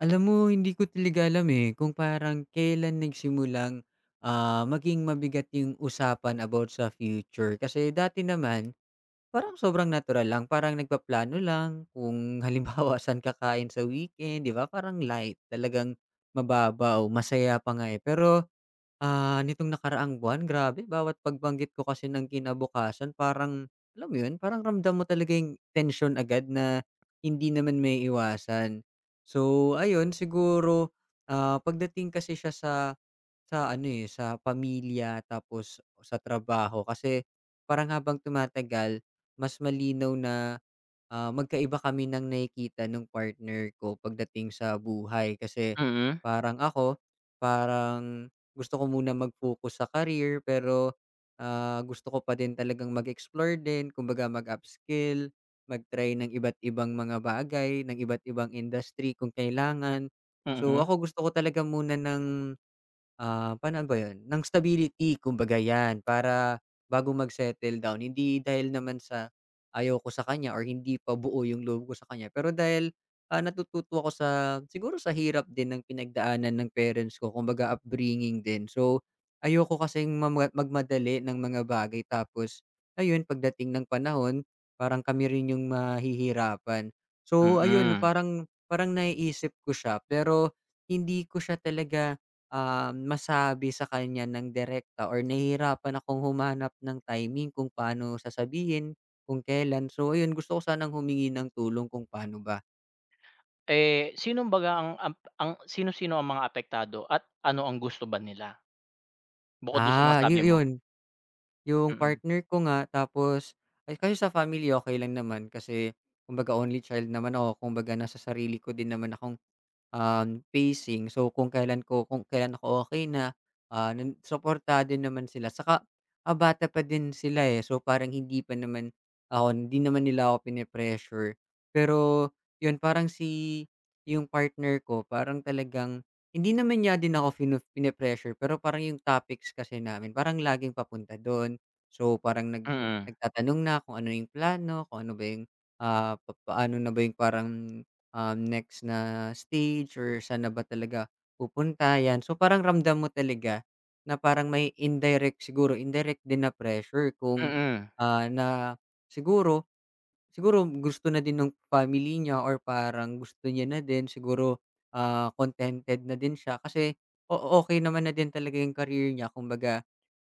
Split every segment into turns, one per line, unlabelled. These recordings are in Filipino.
Alam mo, hindi ko talaga alam eh, kung parang kailan nagsimulang maging mabigat yung usapan about sa future. Kasi dati naman, parang sobrang natural lang, parang nagpaplano lang kung halimbawa saan kakain sa weekend, 'di ba? Parang light, talagang mababaw, masaya pa nga eh. Pero nitong nakaraang buwan, grabe bawat pagbanggit ko kasi ng kinabukasan parang, alam mo yun, parang ramdam mo talaga yung tensyon agad na hindi naman may iwasan. So, ayun siguro, pagdating kasi siya sa pamilya tapos sa trabaho kasi parang habang tumatagal mas malinaw na magkaiba kami ng nakikita nung partner ko pagdating sa buhay kasi
Mm,
parang ako, parang gusto ko muna mag-focus sa career pero, gusto ko pa din talagang mag-explore din kumbaga mag-upskill, mag-try ng iba't ibang mga bagay, ng iba't ibang industry kung kailangan. So,
mm,
ako gusto ko talaga muna ng paano ba yun? Ng stability kumbaga 'yan, para bago mag-settle down hindi dahil naman sa ayaw ko sa kanya or hindi pa buo yung loob ko sa kanya pero dahil, natututo ako sa siguro sa hirap din ng pinagdaanan ng parents ko kumbaga upbringing din. So, ayoko kasing mama magmadali ng mga bagay tapos ayun pagdating ng panahon parang kami rin yung mahihirapan. So ayun
mm.
parang parang naiisip ko siya pero hindi ko siya talaga masabi sa kanya ng direkta or nahihirapan akong humanap ng timing kung paano sasabihin, kung kailan. So ayun, gusto ko sanang humingi ng tulong kung paano ba.
Eh, sino baga ang sino-sino ang mga apektado at ano ang gusto ba nila? Bukod dun sa mga
Ah,
sabi
yu
mo?
Yun. Yung
Mm,
partner ko nga tapos ay kasi sa family okey lang naman kasi kumbaga only child naman ako, kumbaga nasa sarili ko din naman akong pacing. So, kung kailan ako okay na, ah, nan suportado naman sila. Saka, bata pa din sila, eh. So, parang hindi pa naman ako hindi naman nila ako pine-pressure. Pero yun, parang yung partner ko parang talagang hindi naman niya din ako pine-pressure, pero parang yung topics kasi namin parang laging papunta dun. So, parang
mm,
nagtatanong na kung ano yung plano, kung ano ba yung, ah, pa paano na ba yung parang next na stage or saan na ba talaga pupunta, 'yan. So, parang ramdam mo talaga na parang may indirect siguro, indirect din na pressure kung,
mm,
ah, na siguro Siguro gusto na din ng family niya or parang gusto niya na din siguro, contented na din siya kasi okey naman na din talaga yung career niya kumbaga,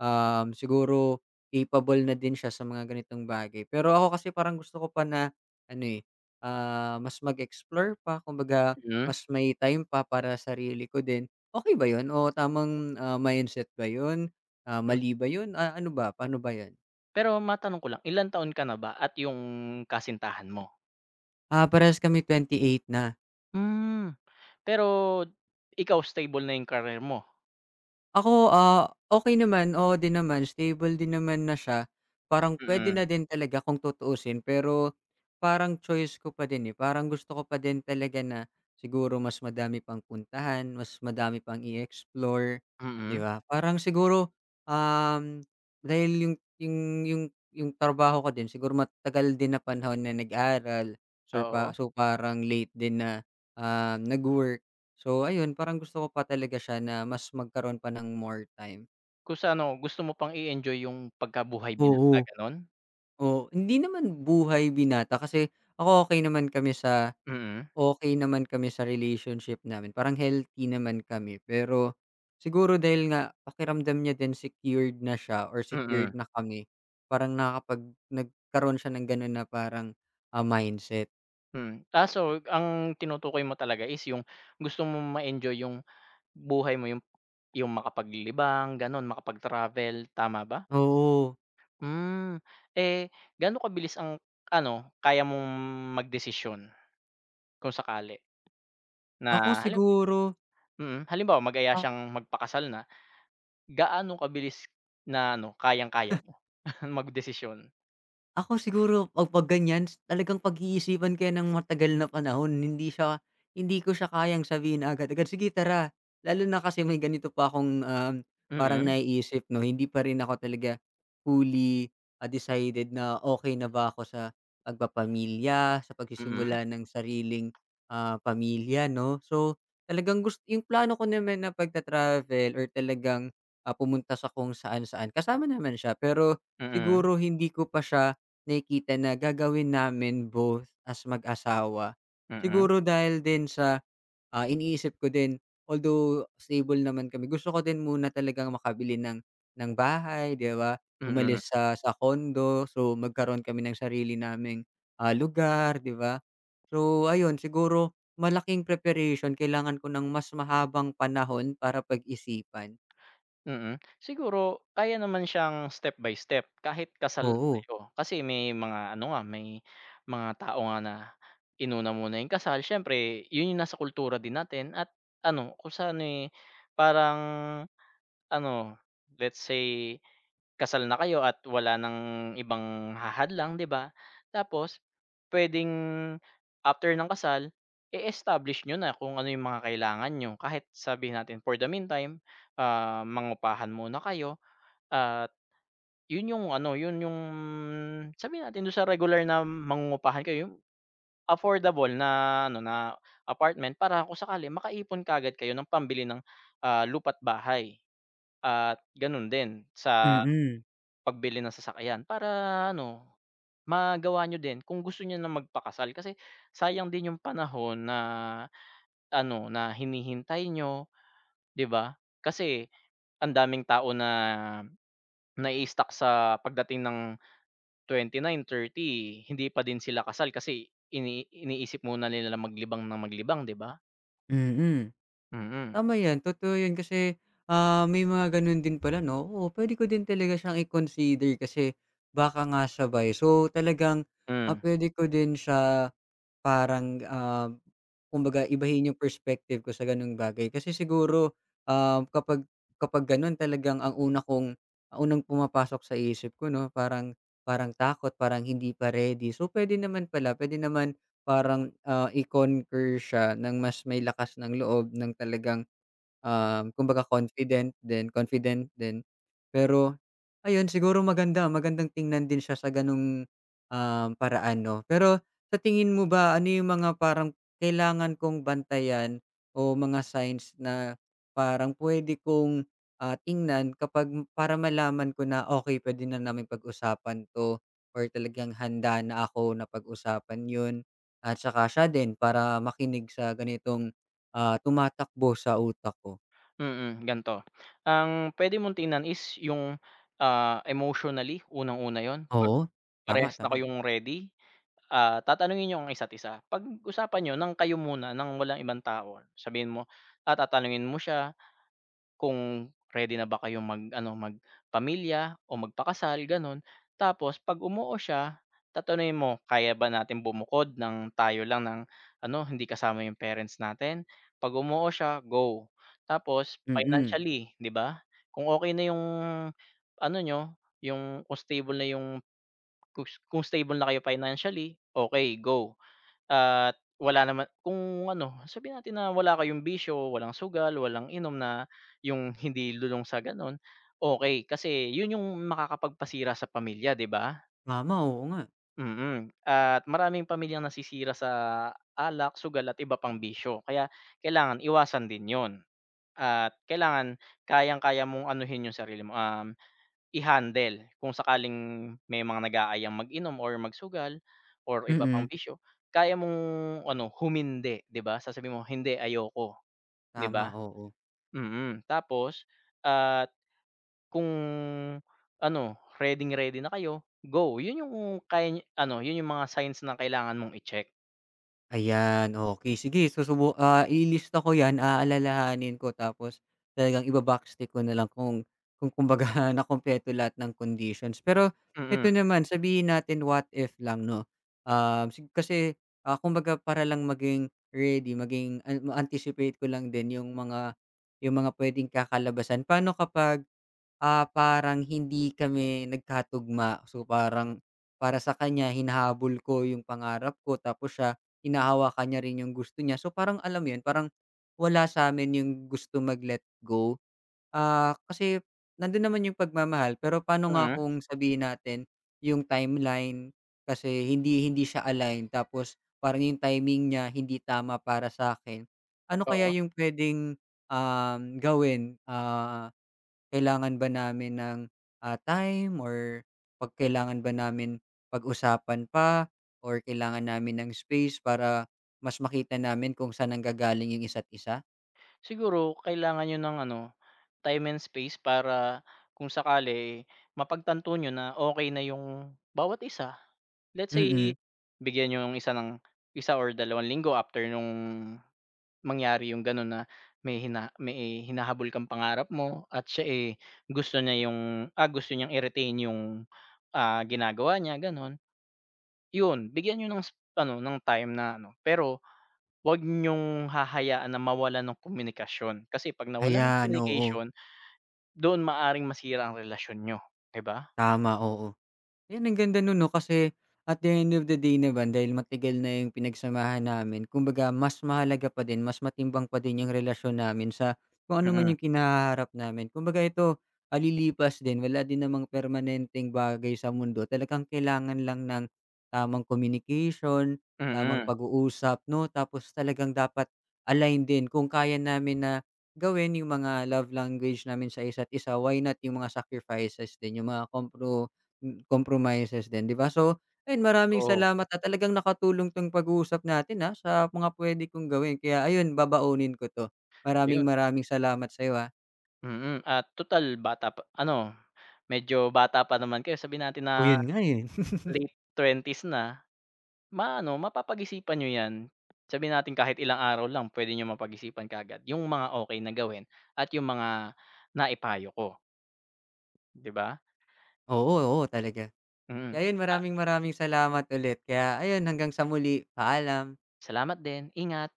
siguro capable na din siya sa mga ganitong bagay. Pero ako kasi parang gusto ko pa na ano, eh, mas mag-explore pa kumbaga
mm.
mas may time pa para sa sarili ko din. Okay ba yun o tamang, mindset ba yun?
M
Mali ba yun? Ano ba, paano ba yun?
pero matanong ko lang, ilang taon ka na ba at yung kasintahan mo?
Parehas kami eight na.
Hmm, pero ikaw stable na yung career mo?
Ako, okey naman, oo din naman, stable din naman na siya. Parang pwede
Mm,
na din talaga kung tutuusin, pero parang choice ko pa din, eh. Parang gusto ko pa din talaga na siguro mas madami pang puntahan, mas madami pang i-explore, 'di
mm,
ba? Parang siguro, um, dahil yung yung trabaho ko din siguro matagal din na panahon na nag-aral, so pa
oo.
so parang late din na, nag-work. So ayun, parang gusto ko pa talaga siya na mas magkaroon pa ng more time.
Kung sa ano, gusto mo pang i-enjoy yung pagkabuhay binata,
Oo.
gano'n?
Oo, hindi naman buhay binata kasi ako
Mm,
okay naman kami sa relationship namin, parang healthy naman kami. Pero siguro dahil nga pakiramdam niya din secured na siya or
mm.
secured na kami, parang nagkaroon siya ng gano'n na parang, mindset.
Hmm, ah, so ang tinutukoy mo talaga is yung gusto mong ma-enjoy yung buhay mo, yung makapaglibang gano'n, makapag-travel, tama ba?
Oo.
Hmm, eh, gaano kabilis ang ano, kaya mong magdesisyon kung sakali
Ako
na halim
siguro
mm, halimbawa mag-aya siyang magpakasal na, gaano kabilis na ano, kayang-kaya mo magdesisyon?
Ako siguro 'pag ganyan talagang pag-iisipan ko ng matagal na panahon. Hindi ko siya kayang sabihin na agad-agad, "Sige tara." Lalo na kasi may ganito pa akong, parang
Mm,
naiisip 'no, hindi pa rin ako talaga fully, decided na okay na ba ako sa pagpapamilya, sa
mm,
pagsisimula ng sariling, pamilya 'no. So, talagang gusto yung plano ko naman na pagta-travel or talagang, pumunta sa kung saan-saan kasama naman siya pero
mm, mm,
siguro hindi ko pa siya nakikita na gagawin namin both as mag-asawa. Siguro dahil din sa, iniisip ko din although stable naman kami, gusto ko din muna talagang makabili ng bahay, 'di ba?
mm, mm.
Umalis sa condo, so magkaroon kami ng sarili naming, lugar, 'di ba? So ayun, siguro malaking preparation kailangan ko ng mas mahabang panahon para pag-isipan.
Mm. Siguro kaya naman siyang step by step kahit kasal na
Oo,
kayo. Kasi may mga ano nga, may mga tao nga na inuna muna yung kasal. Siyempre yun yung nasa kultura din natin at ano kung saan, eh, parang ano, let's say kasal na kayo at wala ng ibang hahadlang, 'di ba? Tapos puwedeng after ng kasal, i-establish nyo na kung ano yung mga kailangan niyo. Kahit sabihin natin for the meantime, ah, mangupahan muna kayo at yun yung ano, yun yung sabihin natin dun sa regular na mangungupahan kayo, yung affordable na ano, na apartment para kung sakali makaipon kaagad kayo ng pambili ng, ah, lupa't bahay at ganun din sa
mm.
pagbili ng sasakyan para ano, magawa niyo din kung gusto niyo na magpakasal kasi sayang din yung panahon na ano, na hinihintay niyo, 'di ba? Kasi ang daming tao na nai-stuck sa pagdating ng 29, 30 hindi pa din sila kasal kasi iniisip muna nila na maglibang, 'di ba?
Mm.
Mm,
Tama 'yan, totoo 'yun kasi, may mga gano'n din pala 'no, oo pwede ko din talaga siyang i-consider kasi baka nga sabay. So talagang,
hmm.
puwede ko din siya parang, kumbaga ibahin yung perspective ko sa gano'ng bagay. Kasi siguro, ah, kapag kapag gano'n talagang ang unang pumapasok sa isip ko 'no, parang parang takot, parang hindi pa ready. So pwede naman pala, pwede naman parang, i-conquer siya ng mas may lakas ng loob ng talagang kumbaga confident din. Pero ayun, siguro maganda, magandang tingnan din siya sa gano'ng, paraan 'no. Pero sa tingin mo ba, ano yung mga parang kailangan kong bantayan o mga signs na parang puwede kong, tingnan kapag para malaman ko na, okay puwede na naming pag-usapan 'to or talagang handa na ako na pag-usapan yun at saka siya din para makinig sa ganitong, tumatakbo sa utak ko?
Mm, gan'to, ang pwede mong tingnan is yung, ah, emotionally, unang-una yon 'pag
Oo, tama,
parehas na
tama.
kayong ready, ah, tatanungin niyo ang isa't isa. Pag-usapan niyo ng kayo muna ng walang ibang tao, sabihin mo, ah, tatanungin mo siya kung ready na ba kayong mag-ano, magpamilya o magpakasal gano'n. Tapos 'pag umuo siya, tatanungin mo, "Kaya ba natin bumukod ng tayo lang ng ano, hindi kasama yung parents natin?" 'Pag umuo siya, go. Tapos
Mm.
financially, 'di ba? Kung okay na yung ano niyo, yung kung stable na yung kung stable na kayo financially, okay go. At wala naman kung ano, sabihin natin na wala kayong bisyo, walang sugal, walang inom na yung hindi lulong sa gano'n, okey. Kasi yun yung makakapagpasira sa pamilya, 'di ba?
Tama, oo nga.
Mm, at maraming pamilyang nasisira sa alak, sugal at iba pang bisyo. Kaya kailangan iwasan din yun at kailangan kayang-kaya mong anuhin yung sarili mo, i-handle kung sakaling may mga nag-aayang mag-inom or magsugal or iba pang
Mm.
bisyo, kaya mong ano humindi, 'di ba? Sasabihin mo, "Hindi, ayoko," 'di
Tama,
ba?
oo.
Mm, tapos at kung ano, reading-ready na kayo, go. 'Yun yung kaya niyo ano, 'yun yung mga signs na kailangan mong i-check.
Ayan, okey. Sige ililista ko 'yan, aalalahanin ko tapos talagang iba-backstep ko na lang kung kumbaga nakumpleto lahat ng conditions. Pero ito
Mm,
naman, sabihin natin what if lang 'no, um, sig kasi, kumbaga para lang maging ready, maging ma-anticipate ko lang din yung mga puwedeng kakalabasan. Paano kapag parang hindi kami nagkatugma. So, parang para sa kanya hinahabol ko yung pangarap ko tapos siya hinahawakan niya rin yung gusto niya. So, parang alam mo yun, parang wala sa'min yung gusto mag-let go. Kasi nandun naman yung pagmamahal pero paano nga
mm,
kung sabihin natin yung timeline kasi hindi hindi siya align tapos parang yung timing niya hindi tama para sa akin. Ano kaya
oo.
yung puwedeng, gawin? Kailangan ba namin ng, time or 'pag kailangan ba namin pag-usapan pa or kailangan namin ng space para mas makita namin kung saan nanggagaling yung isa't isa?
Siguro kailangan niyo ng ano, time and space para kung sakali mapagtanto niyo na okey na yung bawat isa. Let's say,
Mm,
bigyan niyo yung isa ng 1 or 2 linggo after nung mangyari yung gano'n na may hinahabol kang pangarap mo at siya, eh, gusto niya yung gusto niyang i-retain yung, ah, ginagawa niya gano'n. Yun, bigyan niyo ng ano, ng time na ano, pero 'wag niyong hahayaan na mawala ng komunikasyon kasi 'pag nawalan ng
ayan, oo.
communication, doon maaring masira ang relasyon niyo, 'di ba?
Tama, oo. Ayan, ang ganda nun 'no, kasi at the end of the day naman dahil matagal na yung pinagsamahan namin kumbaga mas mahalaga pa din, mas matimbang pa din yung relasyon namin sa kung ano man
Mm,
yung kinaharap namin. Kumbaga ito, lilipas din, wala din namang permanenteng bagay sa mundo. Talagang kailangan lang ng tamang communication,
mm,
tamang
mm.
pag-uusap 'no, tapos talagang dapat align din kung kaya namin na gawin yung mga love language namin sa isa't isa, why not yung mga sacrifices din, yung mga compromises din, 'di ba? So, ayun maraming
Oo,
salamat at talagang nakatulong 'tong pag-uusap natin, sa mga puwede kong gawin. Kaya ayun, babaunin ko 'to.
ayun.
Maraming maraming salamat sa'yo, ah.
Mm, at total bata pa ano, medyo bata pa naman kayo sabihin natin na
Oh, yun nga, eh.
late twenties na, maano mapapag-isipan niyo 'yan. Sabihin natin kahit ilang araw lang puwede niyong mapag-isipan kaagad yung mga okey na gawin at yung mga naipayo ko, 'di ba?
Oo, oo, talaga.
Mm.
Kaya ayun,
Ah,
maraming maraming salamat ulit. Kaya ayun, hanggang sa muli. Paalam.
salamat din, ingat.